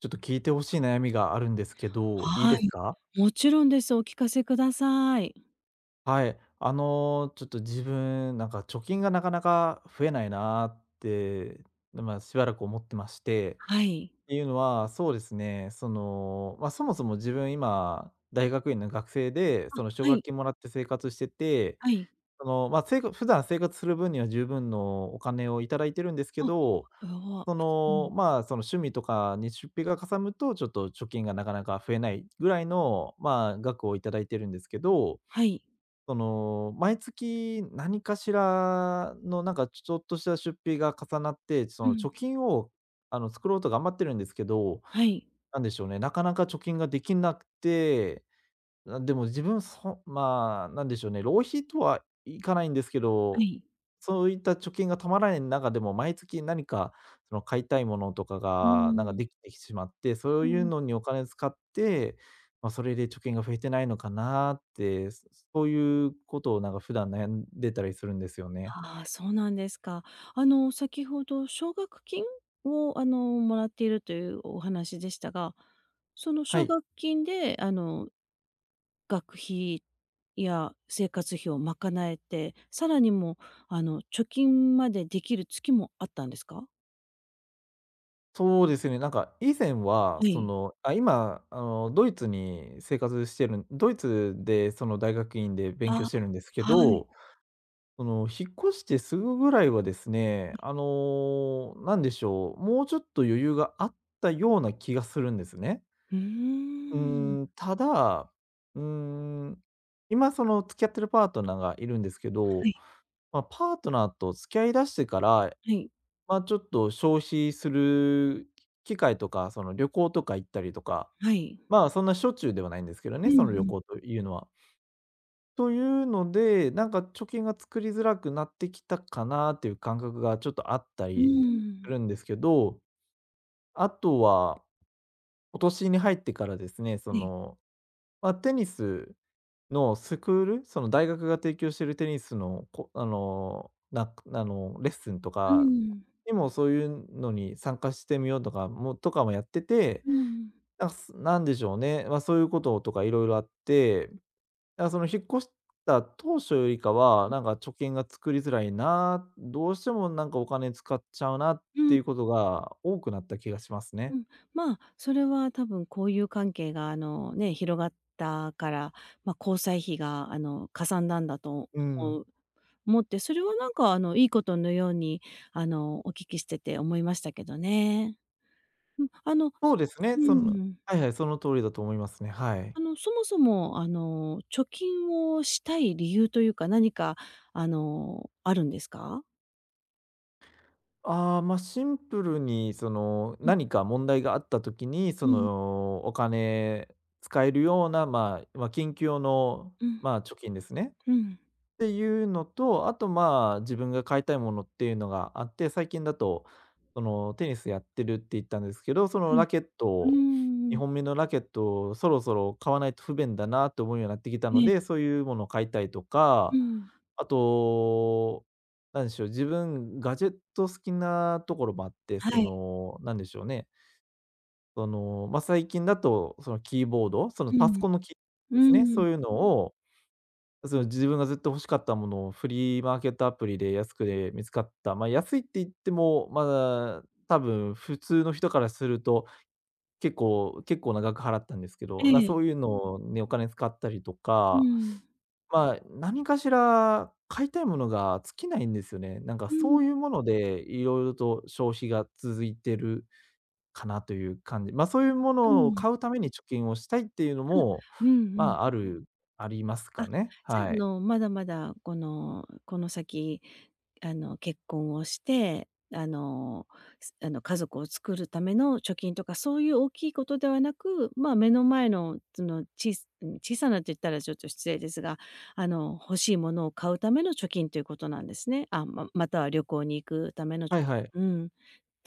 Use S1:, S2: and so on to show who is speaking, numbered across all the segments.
S1: ちょっと聞いて欲しい悩みがあるんですけど、いい
S2: は
S1: です
S2: い、
S1: か？
S2: もちろんです。お聞かせください。
S1: はい。ちょっと自分、なんか貯金がなかなか増えないなって、まあ、しばらく思ってまして、っ
S2: はい。
S1: ていうのは、そうですね、まあ、そもそも自分今、大学院の学生で、その奨
S2: は
S1: 学
S2: い。
S1: 金もらって生活してて、
S2: はい。
S1: その、ま、あ生活普段生活する分には十分のお金をいただいてるんですけ
S2: あ、
S1: ど。
S2: うわ、うん。
S1: まあ、その趣味とかに出費がかさむと、ちょっと貯金がなかなか増えないぐらいの、まあ、額をいただいてるんですけど、
S2: はい。
S1: 毎月何かしらのなんかちょっとした出費が重なって、そ
S2: う
S1: の
S2: ん。
S1: 貯金を作ろうと頑張ってるんですけど、
S2: はい。
S1: なんでしょうね、なかなか貯金ができなくて、あ、でも自分まあ、なんでしょうね、浪費とはいかないんですけ
S2: は
S1: ど、
S2: い。
S1: そういった貯金がたまらない中でも、毎月何かその買いたいものとか
S2: うー
S1: が、なんか
S2: ん。
S1: できてきてしまって、そう
S2: う
S1: いう
S2: ん。
S1: のにお金使って、まあ、それで貯金が増えてないのかなって、そういうことをなんか普段悩んでたりするんですよね。
S2: ああ、そうなんですか。先ほど奨学金を、もらっているというお話でしたが、その
S1: は
S2: 奨
S1: い。
S2: 学金で、学費や生活費を賄えて、さらにもう、貯金までできる月もあったんですか？
S1: そうですね、なんか以前は、
S2: は
S1: そ
S2: い。
S1: の、あ、今、あの、ドイツに生活してるんドイツでその大学院で勉
S2: あ
S1: 強してるんですけ
S2: あ、はい。
S1: ど、引っ越してすぐぐらいはですね、
S2: うー
S1: なんでしょう、もうちょっと余裕があったような気がするんですね。うー
S2: ん。
S1: ただ、うーん、今その付き合ってるパートナーがいるんですけ
S2: は
S1: ど、
S2: い、
S1: まあ、パートナーと付き合いだしてから、
S2: はい、
S1: まあ、ちょっと消費する機会とか、旅行とか行ったりとか、
S2: はい。
S1: まあ、そんなしょっちゅうではないんですけど
S2: う
S1: ね、
S2: ん、う
S1: その旅
S2: ん、
S1: 行というのは。というので、なんか貯金が作りづらくなってきたかなっていう感覚がちょっとあったりするんですけど、あとは今年に入ってからですね、
S2: はい、
S1: まあ、テニスのスクール、その大学が提供しているテニスの、こあの、なあの、レッスンと
S2: う
S1: か
S2: ん、
S1: にもそういうのに参加してみようとかもやってて、
S2: うん、
S1: なんかなんでしょうね、まあ、そういうこととかいろいろあって、引っ越した当初よりかは、なんか貯金が作りづらいな、どうしてもなんかお金使っちゃうなっ
S2: う
S1: て
S2: ん、
S1: いうことが多くなった気がしますね。
S2: うん。まあ、それは多分交友関係がね、広がったから、まあ、交際費がかさんだんだと
S1: う
S2: 思
S1: ん。
S2: う思って、それはなんかいいことのようにお聞きしてて思いましたけどね。うん、あの、の
S1: そうですね、
S2: うん。
S1: はいはい、その通りだと思いますね、はい。
S2: そもそも、貯金をしたい理由というか、何か、あるんですか？
S1: ああ、シンプルに
S2: うん
S1: 何か問題があった時に、
S2: うん。
S1: お金使えるような、まあ、緊急用の、
S2: うん、
S1: まあ、貯金ですね。
S2: うん。
S1: ていうのと、あと、まあ、自分が買いたいものっていうのがあって、最近だと、テニスやってるって言ったんですけど、その
S2: はい。
S1: ラケッ
S2: う
S1: ト
S2: ー
S1: を、
S2: ん。
S1: 2本目のラケットをそろそろ買わないと不便だなと思うようになってきたの
S2: ええ。
S1: で、そういうものを買いたいと
S2: う
S1: か、
S2: ん。
S1: あと、なんでしょう、自分ガジェット好きなところもあって、
S2: はい。
S1: なんでしょうね、まあ、最近だと、そのキーボード、その
S2: う
S1: パソ
S2: ん。
S1: コンのキーボード
S2: う
S1: ですね、
S2: ん。
S1: そういうのを自分がずっと欲しかったものをフリーマーケットアプリで安くで見つかった。まあ、安いって言っても、まだ多分普通の人からすると、結構な額払ったんですけ
S2: う
S1: ど、
S2: ーうん。ん。ええ。
S1: そういうのにお金使ったりと
S2: う
S1: か、
S2: ん。
S1: まあ、何かしら買いたいものが尽きないんですよね。なんか
S2: うん、う
S1: そ
S2: ん。
S1: ういうものでいろいろと消費が続いてるかなという感じ。まあ、そういうも
S2: うん、う
S1: の
S2: んう
S1: を
S2: ん
S1: 買うために貯金をしたいって
S2: はいうーんええうんはいうんうんええうんうんうんう
S1: いうのも、
S2: んう
S1: ま
S2: んうん。
S1: あ、あります
S2: あ、
S1: かね。
S2: じゃあ、
S1: は
S2: あ
S1: い。
S2: の、まだまだ、この先、結婚をして、あの、す家族を作るための貯金とか、そういう大きいことではなく、まあ、目の前の、その、ちいすうん、小さなって言ったらちょっと失礼ですが、欲しいものを買うための貯金ということなんですね。あ、ままたは旅行に行くための貯
S1: はいはい。
S2: 金。うん。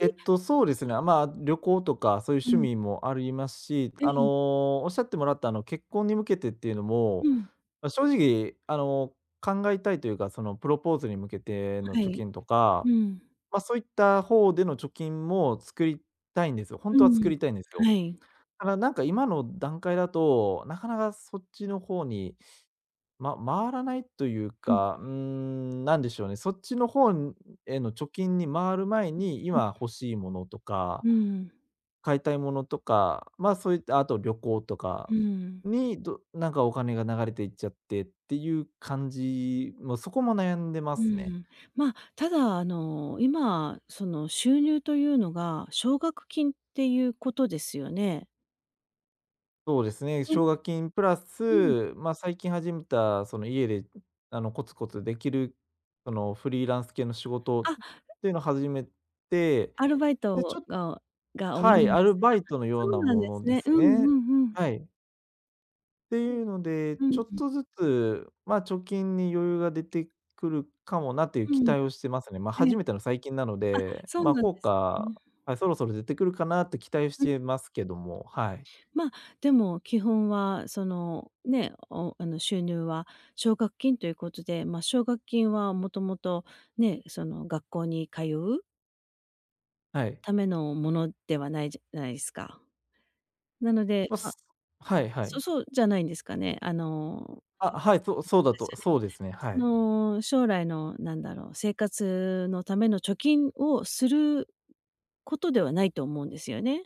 S1: そうですね。まあ、旅行とかそういう
S2: う
S1: 趣
S2: ん、
S1: 味もありますし、
S2: ええ、
S1: おっしゃってもらった結婚に向けてっていうの
S2: う
S1: も、
S2: ん、
S1: 正直、考えたいというか、そのプロポーズに向けての
S2: は
S1: 貯
S2: い、
S1: 金とか、
S2: うん、
S1: まあ、そういった方での貯金も作りたいんですよ。本
S2: う
S1: 当は作
S2: ん、
S1: りたいんですよ。
S2: はい。
S1: ただ、なんか今の段階だと、なかなかそっちの方に、回らないという
S2: うん、
S1: か、なんでしょうね、そっちの方への貯金に回る前に、
S2: うん、
S1: 今欲しいものとか
S2: う
S1: 買いたいものとか、まあ、そういった、あと旅行とか
S2: ん、うん。
S1: に、なんかお金が流れていっちゃってっていう感じ、もうそこも悩んでま
S2: う
S1: すね。
S2: ん、まあ、ただ、あの、今、その、収入というのが奨学金っていうことですよね？
S1: そうですね、
S2: うん。
S1: 奨学金プラ
S2: うん。
S1: ス、まあ、最近始めたその家でコツコツできる、そのフリーランス系の仕事っ
S2: あ、
S1: ていうのを始めて、
S2: アルバイ
S1: で、ちょ
S2: ト
S1: っと
S2: がが終
S1: は
S2: わり
S1: い、
S2: なん
S1: ア
S2: です
S1: ル
S2: ね。
S1: バ
S2: あ、
S1: イトのよう
S2: そ
S1: な
S2: うなん
S1: も
S2: で
S1: の
S2: す
S1: で
S2: ね。
S1: す
S2: うん
S1: ね。
S2: うんうん。
S1: はい。ていうので、
S2: う
S1: ち
S2: ん、
S1: ょっとずつ、ま、あ貯金に余裕が出てくるかもなっていう
S2: う
S1: 期
S2: ん。
S1: 待をしてますね。ま、あ
S2: ええ、
S1: 初めての最近なので、
S2: そう
S1: ま、あ
S2: なんで
S1: 効
S2: す
S1: 果、
S2: ね。
S1: はい、そろそろ出てくるかなって期待し
S2: うん、
S1: てますけども、はい。
S2: まあ、でも基本は、その、ね、おあの、収入は奨学金ということで、まあ、奨学金はもともとね、その、学校に通う
S1: はい。
S2: ためのものではないじゃないですか。なので、
S1: まあ、
S2: まあ、
S1: はいは
S2: そ
S1: い。
S2: そうじゃないんですかね。あの、
S1: あ、
S2: ちょそ
S1: はい、そう
S2: う
S1: そうだ
S2: です
S1: と
S2: よね。
S1: そうですね、は
S2: そ
S1: い。
S2: の、将来のなんだろう、生活のための貯金をすることではないと思うんですよね。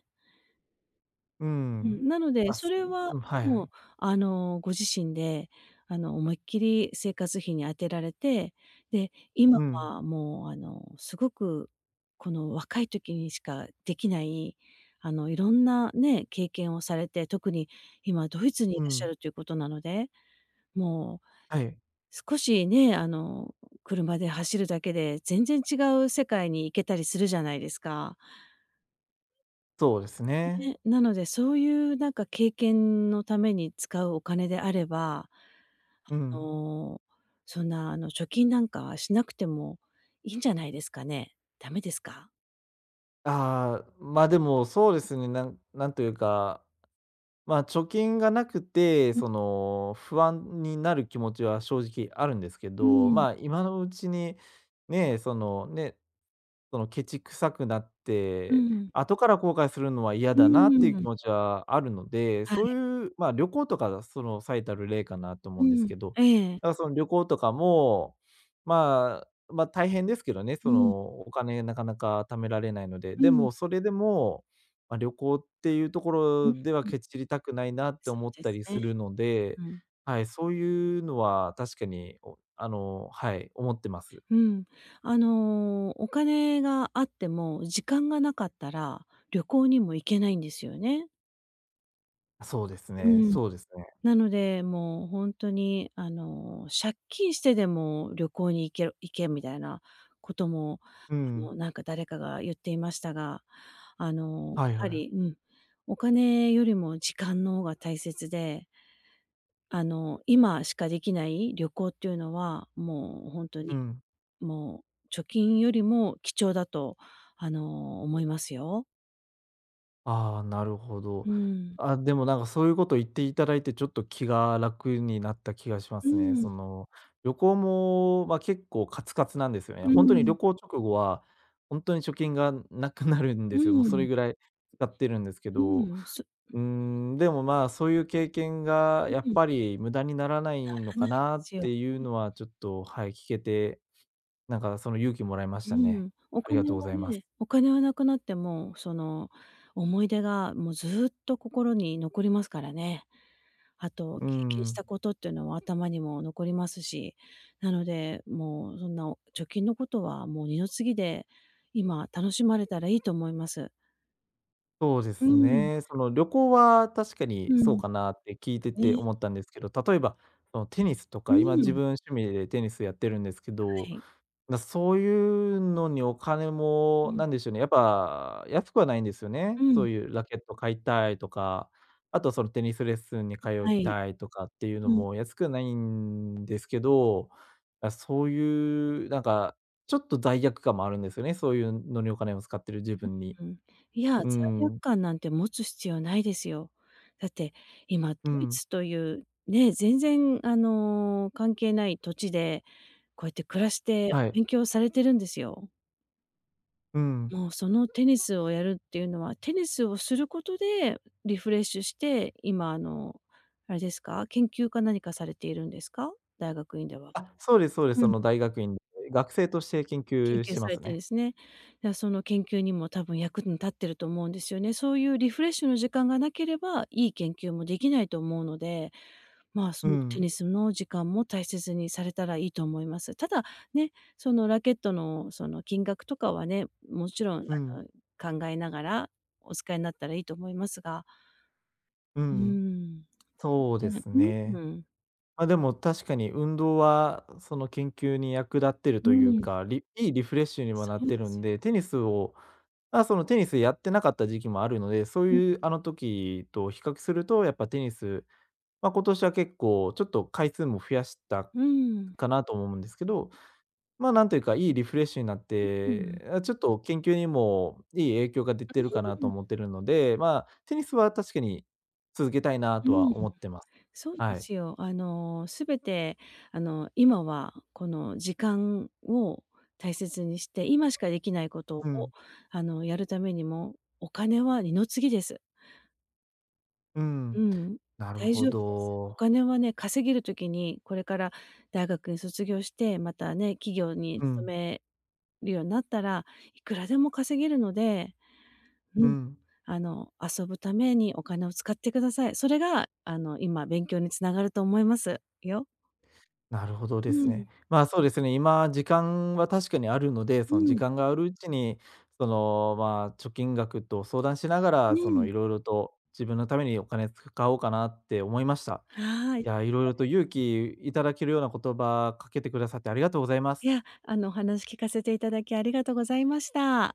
S1: う
S2: う
S1: ん。
S2: ん、なの
S1: ま
S2: で、
S1: あ、
S2: それは
S1: うん、はいは
S2: もう、
S1: い。
S2: ご自身で、思いっきり生活費に充てられて、で、今
S1: うん、
S2: はもう、すごく、この若い時にしかできない、いろんなね、経験をされて、特に今ドイツにい
S1: う
S2: らっしゃ
S1: ん、
S2: るということなので、もう
S1: はい。
S2: 少しね、車で走るだけで全然違う世界に行けたりするじゃないですか。
S1: そうですね。
S2: ね、なので、そういうなんか経験のために使うお金であれば、
S1: う
S2: あ
S1: ん。
S2: の、そんなあの貯金なんかしなくてもいいんじゃないですかね。ダメですか？
S1: ああ、でもそうですね、なんというかまあ、貯金がなくて、
S2: う
S1: 不安になる気持ちは正直あるんですけ
S2: う
S1: ど、
S2: ん。
S1: まあ、今のうちに、ね、そのケチくさくなっ
S2: う
S1: て、
S2: ん。
S1: 後から後悔するのは嫌
S2: う
S1: だなっていう
S2: ー
S1: 気
S2: ん。
S1: 持ちはあるので、
S2: は
S1: そう
S2: い。
S1: いう、まあ、旅行とかがその最たる例かなと思
S2: う
S1: うんです
S2: ん。
S1: けど、だ
S2: ええ。
S1: からその旅行とかも、まあ、大変ですけどね、
S2: う
S1: そ
S2: ん。
S1: のお金なかなか貯められないので、
S2: う
S1: で
S2: ん。
S1: もそれでも、まあ、旅行っていうとこ
S2: うん。
S1: ろではケチりたくないなって
S2: そ
S1: 思っ
S2: うで
S1: た
S2: す
S1: り
S2: ね。
S1: するので、
S2: うん。
S1: はい、そういうのは確かに、おあの、はい、思ってます。
S2: うん。お金があっても時間がなかったら、旅行にも行けないんですよね。
S1: そうです
S2: う
S1: ね、
S2: ん。
S1: そうですね。
S2: なので、もう本当に、借金してでも旅行に行けろ行けみたいなことも、
S1: うん。
S2: なんか誰かが言っていましたが、
S1: はい
S2: や
S1: は
S2: は
S1: い。
S2: り、うん、お金よりも時間の方が大切で、今しかできない旅行っていうのは、もう本当
S1: う
S2: に、
S1: ん。
S2: もう貯金よりも貴重だと、思いますよ。
S1: ああ、なるほど。
S2: うん。
S1: あ、でもなんかそういうこと言っていただいて、ちょっと気が楽になった気がしま
S2: う
S1: すね。
S2: ん、
S1: 旅行も、まあ、結構カツカツなんですよね。
S2: う
S1: 本当に旅
S2: ん、
S1: 行直後は、本当に貯金がなくなるんで
S2: う
S1: すよ。もうそれ
S2: ん、
S1: ぐらい使ってるんですけ
S2: う
S1: ど。
S2: ん、そ
S1: うーでも、まあ、そういう経験がや
S2: う
S1: っ
S2: ん、
S1: ぱ
S2: な
S1: り無駄にならないの
S2: らな
S1: か
S2: いで
S1: なっ
S2: すよ。
S1: ていうのはちょっと、はい、聞けて、なんかその勇気もらいまし
S2: う
S1: たね。
S2: ん、お
S1: ありが
S2: 金
S1: とう
S2: は
S1: ございます。
S2: ねお金はなくなっても、その、思い出がもうずっと心に残りますからね。あと、
S1: う
S2: 経験し
S1: ん。
S2: たことっていうのは頭にも残りますし、なので、もうそんな貯金のことはもう二の次で、今楽しまれたらいいと思います。
S1: そうで
S2: う
S1: す
S2: ん、
S1: ね。旅行は確か
S2: う
S1: にそう
S2: ん、
S1: かなって聞いてて
S2: ね、
S1: 思ったんですけど、例えば、テニスと
S2: う
S1: か、今自
S2: ん、
S1: 分趣味でテニスやってるんですけ
S2: は
S1: ど、
S2: い。
S1: そういうのにお金
S2: う
S1: も、
S2: ん、
S1: なんでしょうね、やっぱ安くはないんですよね。
S2: う
S1: そ
S2: ん、
S1: ういうラケット買いたいとか、あとそのテニスレッスンに通い
S2: はい、
S1: たいとかっていうの
S2: うん。
S1: も安くはないんですけど、あ、そういうなんか、ちょっと罪悪感もあるんですよね、そういうのにお金を使ってる自分に。
S2: うん。いや、
S1: う
S2: 罪悪
S1: ん、
S2: 感なんて持つ必要ないですよ。だって、今ド
S1: う
S2: イ
S1: ん。
S2: ツという、ね、全然関係ない土地で、こうやって暮らして
S1: はい。
S2: 勉強されてるんですよ。
S1: うん。
S2: もうそのテニスをやるっていうのは、テニスをすることでリフレッシュして、今あの、あれですか、研究か何かされているんですか？大学院では。
S1: あ、そうですそうです。
S2: う
S1: そ
S2: ん。
S1: の大学院で、学生として研
S2: 研
S1: 究し
S2: 究
S1: て
S2: さ
S1: ま
S2: れ
S1: す
S2: て
S1: ね。
S2: ですね。だ、その研究にも多分役に立ってると思うんですよね。そういうリフレッシュの時間がなければ、いい研究もできないと思うので、まあ、
S1: う
S2: そのテ
S1: ん、
S2: ニスの時間も大切にされたらいいと思います。ただ、ね、そのラケットのその金額とかはね、もちろん
S1: うん、
S2: 考えながらお使いになったらいいと思いますが、
S1: う
S2: うー
S1: ん。
S2: ん、
S1: そうで
S2: 全
S1: す
S2: 然
S1: ね。
S2: うん、
S1: まあ、でも確かに運動はその研究に役立ってる
S2: う
S1: という
S2: ん、
S1: か、いいリフレッシュにもなっ
S2: そう
S1: て
S2: で
S1: るん
S2: すよ。
S1: で、テニスをまあ、そのテニスやってなかった時期もあるので、そう
S2: うん、
S1: いうあの時と比較するとやっぱテニス、まあ、今年は結構ちょっと回数も増やした
S2: うーん、
S1: かなと思うんですけど、まあ、なんというか、いいリフレッシュになっ
S2: うん、う
S1: て、あ、ちょっと研究にもいい影響が出てるかなと
S2: ん。
S1: 思ってるので、まあ、テニスは確かに続けたいな
S2: う
S1: と
S2: ん
S1: は思ってます。
S2: そうで
S1: はい。
S2: すよ。すべて、今はこの時間を大切にして、今しかできないことを、
S1: うん、
S2: やるためにも、お金は二の次です。
S1: う
S2: う
S1: ん。
S2: ん、
S1: なる
S2: 大
S1: ほ
S2: 丈夫です。お
S1: ど。
S2: 金はね、稼げるときに、これから大学に卒業して、またね、企業に
S1: う
S2: 勤
S1: ん、
S2: めるようになったら、いくらでも稼げるので、う
S1: う
S2: ん、
S1: ん。
S2: 遊ぶためにお金を使ってください。それが、今勉強につながると思いますよ。
S1: なるほどで
S2: う
S1: すね。
S2: ん。
S1: まあ、そうですね、今時間は確かにあるので、
S2: う
S1: その時
S2: ん、
S1: 間があるうちに、まあ、貯金額と相談しなが
S2: う
S1: ら、
S2: ん。
S1: いろいろと自分のためにお金使おうかなって思いました。
S2: はい。
S1: いや、いろいろと勇気いただけるような言葉かけてくださってありがとうございま
S2: い
S1: す。
S2: や、お話聞かせていただきありがとうございました。